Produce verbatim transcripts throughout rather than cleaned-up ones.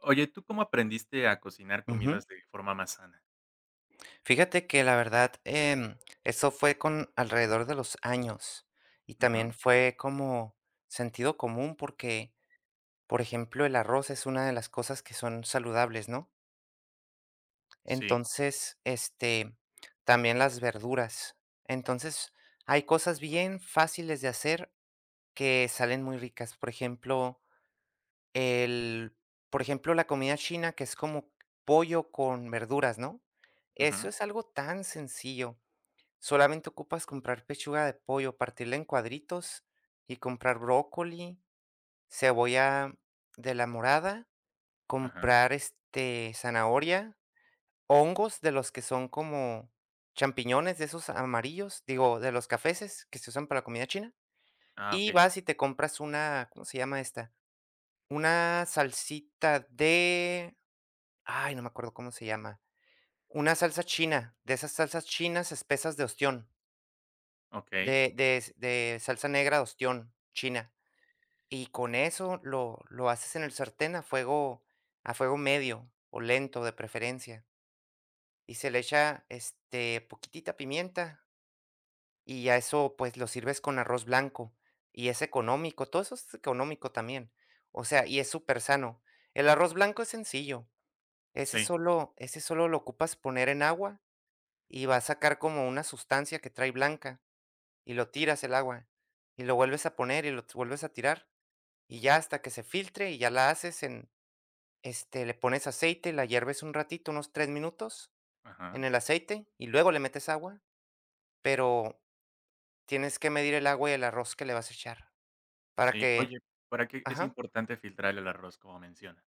Oye, ¿tú cómo aprendiste a cocinar Ujú. comidas de forma más sana? Fíjate que la verdad, em, eso fue con alrededor de los años y también Ujú. fue como sentido común porque, por ejemplo, el arroz es una de las cosas que son saludables, ¿no? Sí. Entonces, este, también las verduras. Entonces, hay cosas bien fáciles de hacer que salen muy ricas. Por ejemplo, el, por ejemplo, la comida china que es como pollo con verduras, ¿no? Ujú. Eso es algo tan sencillo. Solamente ocupas comprar pechuga de pollo, partirla en cuadritos y comprar brócoli, cebolla de la morada, Ajá. comprar, este, zanahoria, hongos de los que son como champiñones de esos amarillos, digo, de los cafeses que se usan para la comida china, Ah, y okey, sí. vas y te compras una, ¿cómo se llama esta? Una salsita de ay, no me acuerdo cómo se llama. Una salsa china, de esas salsas chinas espesas de ostión. Okey. De de de salsa negra de ostión china, y con eso lo lo haces en el sartén a fuego a fuego medio o lento de preferencia, y se le echa, este, poquitita pimienta, y ya eso, pues, lo sirves con arroz blanco, y es económico, todo eso es económico también, o sea, y es súper sano. El arroz blanco es sencillo, ese Sí. solo ese solo lo ocupas poner en agua y va a sacar como una sustancia que trae blanca. Y lo tiras el agua, y lo vuelves a poner y lo t- vuelves a tirar, y ya hasta que se filtre y ya la haces en, este, le pones aceite, la hierves un ratito, unos tres minutos en Ajá. el aceite y luego le metes agua, pero tienes que medir el agua y el arroz que le vas a echar para Sí. Oye, que ¿para qué es ajá. importante filtrar el arroz, como mencionas?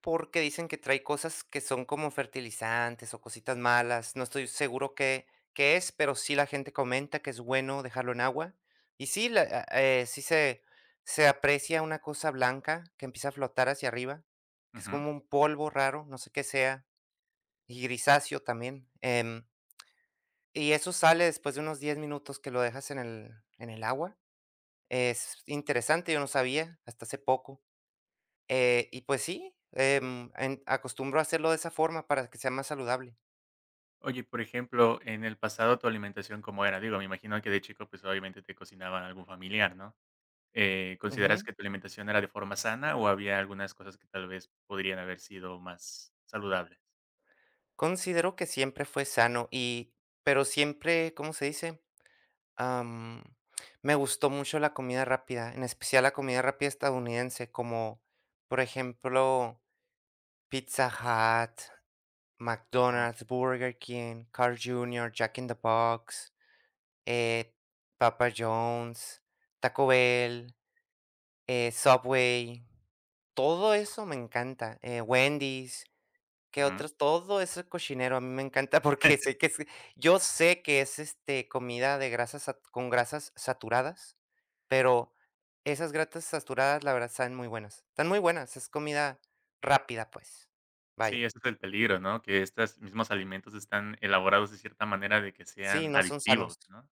Porque dicen que trae cosas que son como fertilizantes o cositas malas. No estoy seguro qué qué es, pero sí la gente comenta que es bueno dejarlo en agua. Y sí, la a eh, sí se se aprecia una cosa blanca que empieza a flotar hacia arriba, que es Ujú. como un polvo raro, no sé qué sea, y grisáceo también, em, y eso sale después de unos diez minutos que lo dejas en el en el agua. Es interesante, yo no sabía hasta hace poco. Eh, y pues sí, em, en acostumbro a hacerlo de esa forma para que sea más saludable. Oye, por ejemplo, en el pasado, ¿tu alimentación cómo era? Digo, me imagino que de chico, pues, obviamente te cocinaban algún familiar, ¿no? Eh, ¿consideras Ujú. que tu alimentación era de forma sana o había algunas cosas que tal vez podrían haber sido más saludables? Considero que siempre fue sano y pero siempre, ¿cómo se dice? Am, Me gustó mucho la comida rápida, en especial la comida rápida estadounidense, como por ejemplo, Pizza Hut, Oh, McDonald's, Burger King, Carl junior, Jack in the Box, eh, Papa John's, Taco Bell, eh, Subway. Todo eso me encanta, eh, Wendy's, ¿qué ujú. otros? Todo ese cochinero a mí me encanta porque sé que es yo sé que es, este, comida de grasas sat con grasas saturadas, pero esas grasas saturadas, la verdad, saben muy buenas. Están muy buenas, es comida rápida, pues. Sí, Vaya. ese es el peligro, ¿no? Que estos mismos alimentos están elaborados de cierta manera de que Sí, sean no son adictivos, sanos. ¿no?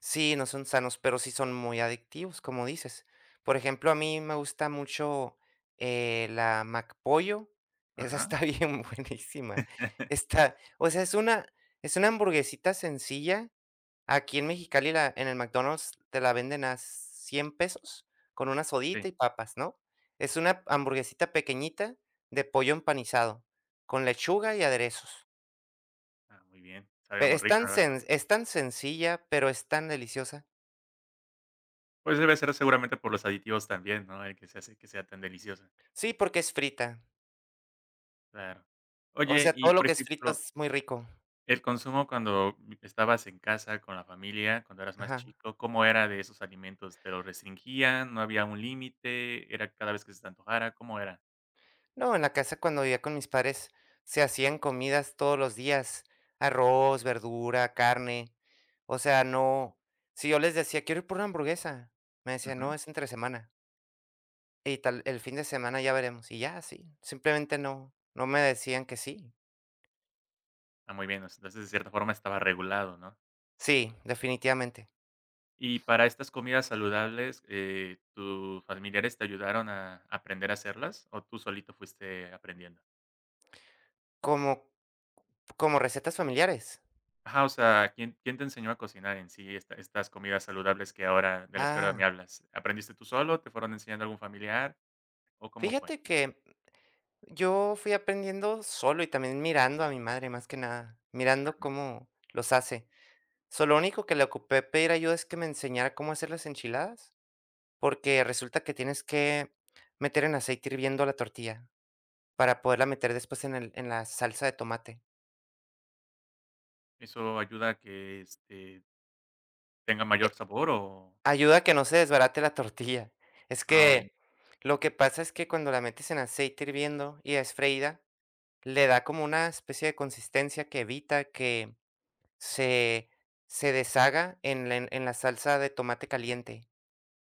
Sí, no son sanos, pero sí son muy adictivos, como dices. Por ejemplo, a mí me gusta mucho, eh, la McPollo, esa Ajá. está bien buenísima. Está, o sea, es una es una hamburguesita sencilla. Aquí en Mexicali la en el McDonald's te la venden a cien pesos con una Sí. sodita y papas, ¿no? Es una hamburguesita pequeñita de pollo empanizado con lechuga y aderezos. Ah, muy bien. Sabía Pe muy es rico, tan la verdad. sen es tan sencilla, pero es tan deliciosa. Pues debe ser seguramente por los aditivos también, ¿no? El que se hace que sea tan deliciosa. Sí, porque es frita. Claro. O Oye, sea, y todo lo por que es frito ejemplo, es muy rico. el consumo cuando estabas en casa con la familia, cuando eras más Ajá. chico, ¿cómo era de esos alimentos? ¿Te los restringían? ¿No había un límite? ¿Era cada vez que se te antojara? ¿Cómo era? No, en la casa cuando vivía con mis padres se hacían comidas todos los días, arroz, verdura, carne. O sea, no, si yo les decía: "Quiero ir por una hamburguesa", me decían: Ujú. "No, es entre semana, y tal el fin de semana ya veremos", y ya, sí, simplemente no, no me decían que sí. Ah, muy bien. Entonces, de cierta forma estaba regulado, ¿no? Sí, definitivamente. Y para estas comidas saludables, eh, ¿tus familiares te ayudaron a aprender a hacerlas o tú solito fuiste aprendiendo? ¿Como como recetas familiares? Ajá, o sea, ¿quién, quién te enseñó a cocinar en sí esta- estas comidas saludables que ahora, de las que ahora me Ah, hablas? ¿Aprendiste tú solo? ¿Te fueron enseñando algún familiar? ¿O cómo fue? fíjate que yo fui aprendiendo solo y también mirando a mi madre, más que nada, mirando cómo los hace. So, lo único que le ocupé pedir ayuda es que me enseñara cómo hacer las enchiladas, porque resulta que tienes que meter en aceite hirviendo la tortilla para poderla meter después en el, en la salsa de tomate. ¿Eso ayuda a que este, tenga mayor Eh, sabor o...? Ayuda a que no se desbarate la tortilla. Es Ah, bien. que lo que pasa es que cuando la metes en aceite hirviendo y es freída, le da como una especie de consistencia que evita que se se deshaga en la en en la salsa de tomate caliente,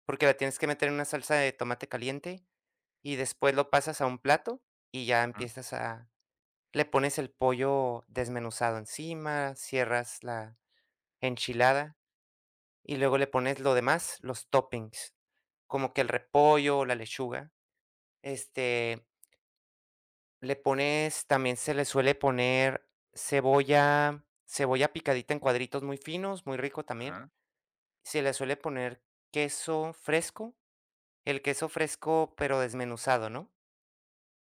porque la tienes que meter en una salsa de tomate caliente y después lo pasas a un plato y ya Ajá, empiezas a le pones el pollo desmenuzado encima, cierras la enchilada y luego le pones lo demás, los toppings, como que el repollo o la lechuga. Este, Le pones también se le suele poner cebolla cebolla picadita en cuadritos muy finos, muy rico también. ajá, Se le suele poner queso fresco, el queso fresco, pero desmenuzado, ¿no?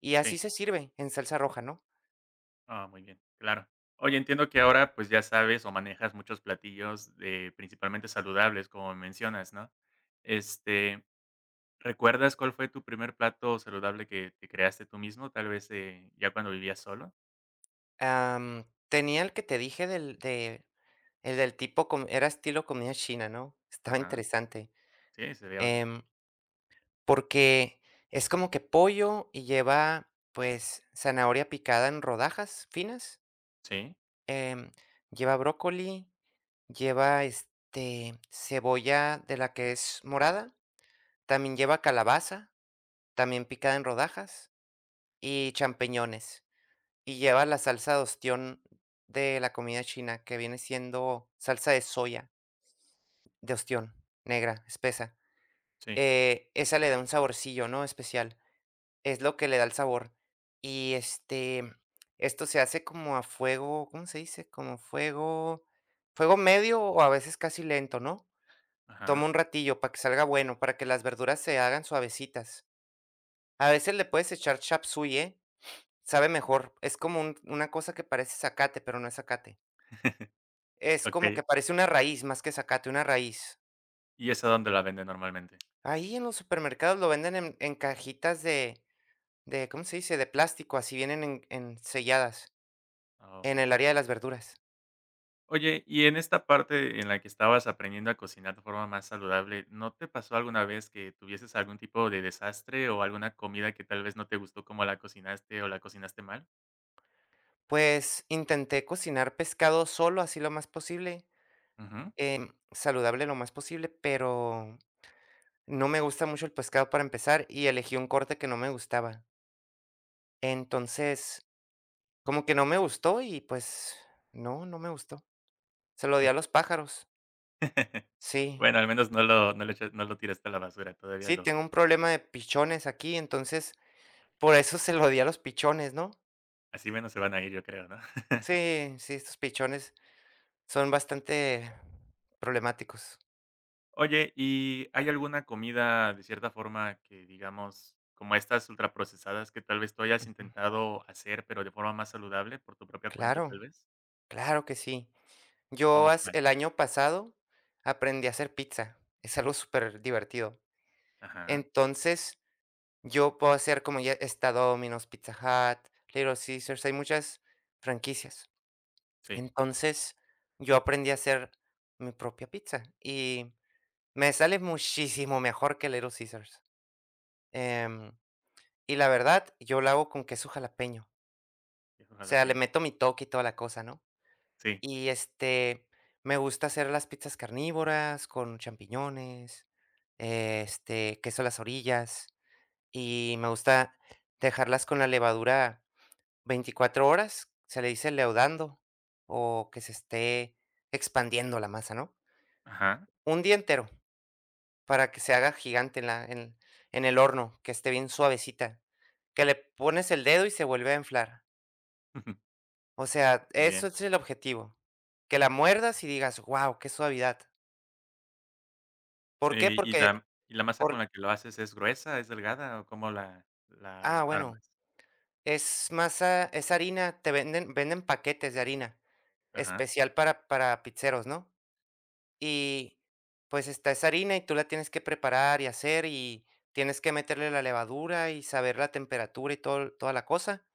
Y sí. así se sirve en salsa roja, ¿no? Ah, muy bien, claro. Oye, entiendo que ahora, pues, ya sabes o manejas muchos platillos de principalmente saludables, como mencionas, ¿no? Este, ¿recuerdas cuál fue tu primer plato saludable que te creaste tú mismo? Tal vez, eh, ya cuando vivías solo. Am, tenía el que te dije del de el del tipo com era estilo comida china, ¿no? Estaba Ajá. interesante, Sí, se bueno. em, porque es como que pollo y lleva, pues, zanahoria picada en rodajas finas, Sí, em, lleva brócoli, lleva, este, cebolla de la que es morada, también lleva calabaza. También picada en rodajas y champiñones. Y lleva la salsa de ostión de la comida china, que viene siendo salsa de soya, de ostión, negra, espesa. sí. Eh, esa le da un saborcillo, ¿no? Especial. Es lo que le da el sabor. Y este, esto se hace como a fuego, ¿cómo se dice? Como fuego, fuego medio o a veces casi lento, ¿no? Toma Ajá. un ratillo para que salga bueno, para que las verduras se hagan suavecitas. A veces le puedes echar chapsuy, ¿eh? Sabe mejor, es como un una cosa que parece zacate, pero no es zacate. Es como Okey. que parece una raíz, más que zacate, una raíz. ¿Y esa dónde la venden normalmente? Ahí en los supermercados lo venden en en cajitas de de, ¿cómo se dice?, de plástico, así vienen en en selladas, Oh, en bien. el área de las verduras. Oye, y en esta parte en la que estabas aprendiendo a cocinar de forma más saludable, ¿no te pasó alguna vez que tuvieses algún tipo de desastre o alguna comida que tal vez no te gustó como la cocinaste o la cocinaste mal? Pues, intenté cocinar pescado solo, así lo más posible, Ujú. em, saludable lo más posible, pero no me gusta mucho el pescado para empezar, y elegí un corte que no me gustaba. Entonces, como que no me gustó y, pues, no, no me gustó. Se lo di a los pájaros. Sí, Bueno, al menos no lo no lo echa no lo tiraste a la basura, todavía sí, lo tengo un problema de pichones aquí, entonces, por eso se lo di a los pichones, ¿no? así menos se van a ir, yo creo, ¿no? Sí, sí, estos pichones son bastante problemáticos. Oye, ¿y hay alguna comida de cierta forma que, digamos, como estas ultraprocesadas que tal vez tú hayas Mm, intentado hacer, pero de forma más saludable por tu propia cuenta, tal claro, vez? claro que sí. Yo ¿Cómo hace cuál? el año pasado aprendí a hacer pizza, es algo súper divertido. Ajá, Entonces, yo puedo hacer como ya está Domino's, Pizza Hut, Little Caesars, hay muchas franquicias. sí. Entonces, yo aprendí a hacer mi propia pizza y me sale muchísimo mejor que Little Caesars. Em, y la verdad, yo la hago con queso jalapeño. Es O sea, le jalapeño. meto mi toque y toda la cosa, ¿no? Sí, Y este, me gusta hacer las pizzas carnívoras con champiñones, eh, este, queso a las orillas. Y me gusta dejarlas con la levadura 24 horas, se le dice leudando, o que se esté expandiendo la masa, ¿no? ajá. Un día entero, para que se haga gigante en la en en el horno, que esté bien suavecita, que le pones el dedo y se vuelve a inflar. O sea, Muy eso bien. es el objetivo, que la muerdas y digas: "wow qué suavidad". ¿Por qué? Eh, ¿y Porque la y la masa con por la que lo haces es gruesa, es delgada o cómo la la ah, bueno, armas? es masa es harina, te venden venden paquetes de harina, Ajá. especial para para pizzeros, ¿no? Y, pues, está esa harina y tú la tienes que preparar y hacer, y tienes que meterle la levadura y saber la temperatura y todo toda la cosa.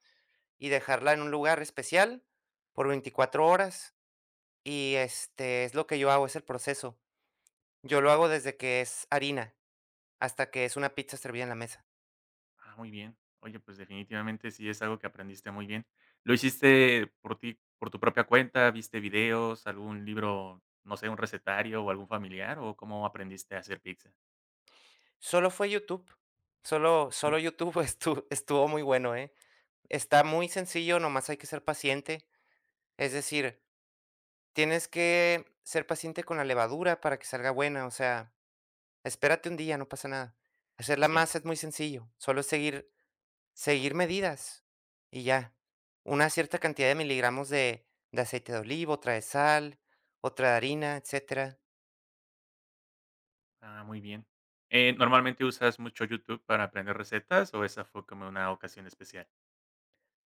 Y dejarla en un lugar especial por veinticuatro horas y, este, es lo que yo hago, es el proceso. Yo lo hago desde que es harina hasta que es una pizza servida en la mesa. Ah, muy bien. Oye, pues definitivamente sí es algo que aprendiste muy bien. ¿Lo hiciste por ti, por tu propia cuenta? ¿Viste videos, algún libro, no sé, un recetario o algún familiar o cómo aprendiste a hacer pizza? Solo fue YouTube, solo Ujú. solo YouTube estu estuvo muy bueno, ¿eh? Está muy sencillo, nomás hay que ser paciente, es decir, tienes que ser paciente con la levadura para que salga buena, o sea, espérate un día, no pasa nada. Hacer la Sí. masa es muy sencillo, solo es seguir seguir medidas y ya. Una cierta cantidad de miligramos de de aceite de oliva, otra de sal, otra de harina, etcétera. Ah, muy bien. Eh, ¿normalmente usas mucho YouTube para aprender recetas o esa fue como una ocasión especial?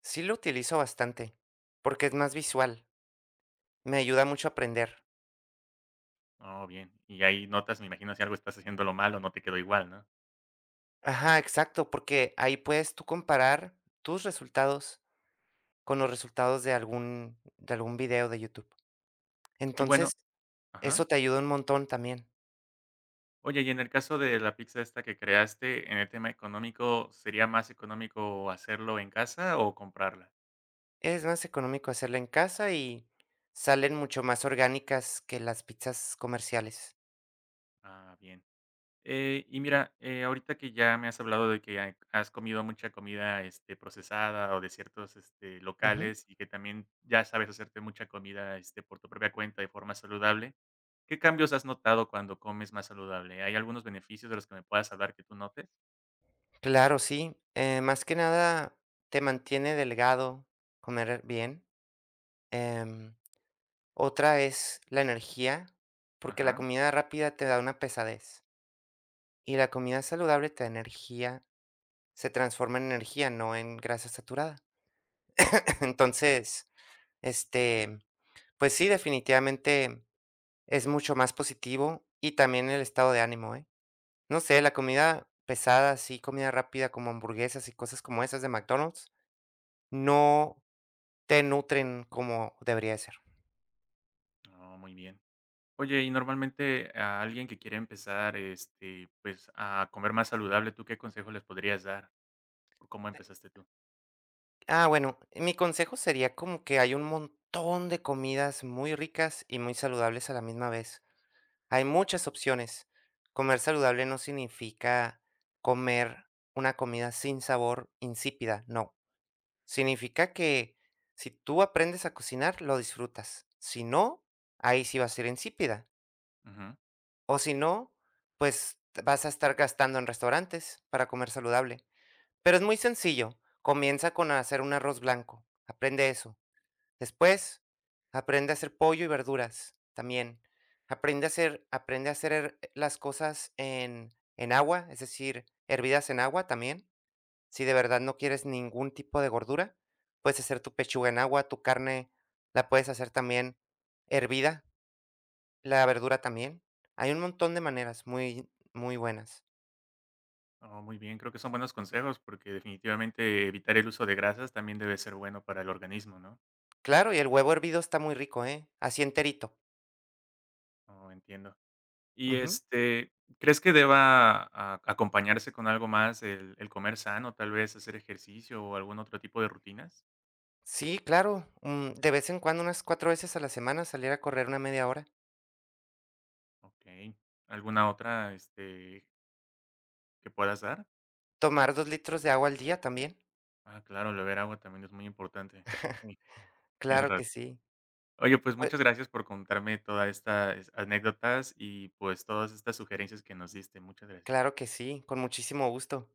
Sí lo utilizo bastante, porque es más visual, me ayuda mucho a aprender. Oh, bien. Y ahí notas, me imagino, si algo estás haciéndolo mal o no te quedó igual, ¿no? Ajá, exacto, porque ahí puedes tú comparar tus resultados con los resultados de algún de algún video de YouTube. Y bueno, Entonces, eso ajá. te ayuda un montón también. Oye, y en el caso de la pizza esta que creaste, en el tema económico, ¿sería más económico hacerlo en casa o comprarla? Es más económico hacerla en casa y salen mucho más orgánicas que las pizzas comerciales. Ah, bien. Eh, y mira, eh, ahorita que ya me has hablado de que ha has comido mucha comida, este, procesada o de ciertos, este, Ujú. locales y que también ya sabes hacerte mucha comida, este, por tu propia cuenta de forma saludable, ¿qué cambios has notado cuando comes más saludable? ¿Hay algunos beneficios de los que me puedas hablar que tú notes? Claro, sí. Eh, más que nada te mantiene delgado comer bien. Em, Otra es la energía, porque la Ajá. comida rápida te da una pesadez y la comida saludable te da energía, se transforma en energía, no en grasa saturada. Entonces, este, pues sí, definitivamente es mucho más positivo y también el estado de ánimo, ¿eh? No sé, la comida pesada, sí, comida rápida como hamburguesas y cosas como esas de McDonald's, no te nutren como debería de ser. Oh, muy bien. Oye, y normalmente a alguien que quiere empezar, este, pues, a comer más saludable, ¿tú qué consejos les podrías dar? ¿O cómo empezaste tú? Ah, bueno, mi consejo sería como que hay un montón de comidas muy ricas y muy saludables a la misma vez. Hay muchas opciones. Comer saludable no significa comer una comida sin sabor, insípida, no. Significa que si tú aprendes a cocinar, lo disfrutas. Si no, ahí sí va a ser insípida. Ujú. O si no, pues vas a estar gastando en restaurantes para comer saludable. Pero es muy sencillo. Comienza con hacer un arroz blanco. Aprende eso. Después, aprende a hacer pollo y verduras también. Aprende a hacer, aprende a hacer her- las cosas en, en agua, es decir, hervidas en agua también. Si de verdad no quieres ningún tipo de gordura, puedes hacer tu pechuga en agua, tu carne la puedes hacer también hervida, la verdura también. Hay un montón de maneras muy, muy buenas. Oh, muy bien. Creo que son buenos consejos porque definitivamente evitar el uso de grasas también debe ser bueno para el organismo, ¿no? Claro, y el huevo hervido está muy rico, ¿eh? Así enterito. Oh, entiendo. Y, Ujú. este, ¿crees que deba a- acompañarse con algo más el, el comer sano, tal vez hacer ejercicio o algún otro tipo de rutinas? Sí, claro. Mm, de vez en cuando, unas cuatro veces a la semana, salir a correr una media hora. Ok. ¿Alguna otra, este, que puedas dar? Tomar dos litros de agua al día también. Ah, claro, el beber agua también es muy importante. Sí, tienes Claro razón. que sí. Oye, pues Pues, muchas gracias por contarme todas estas anécdotas y pues todas estas sugerencias que nos diste. Muchas gracias. claro que sí, con muchísimo gusto.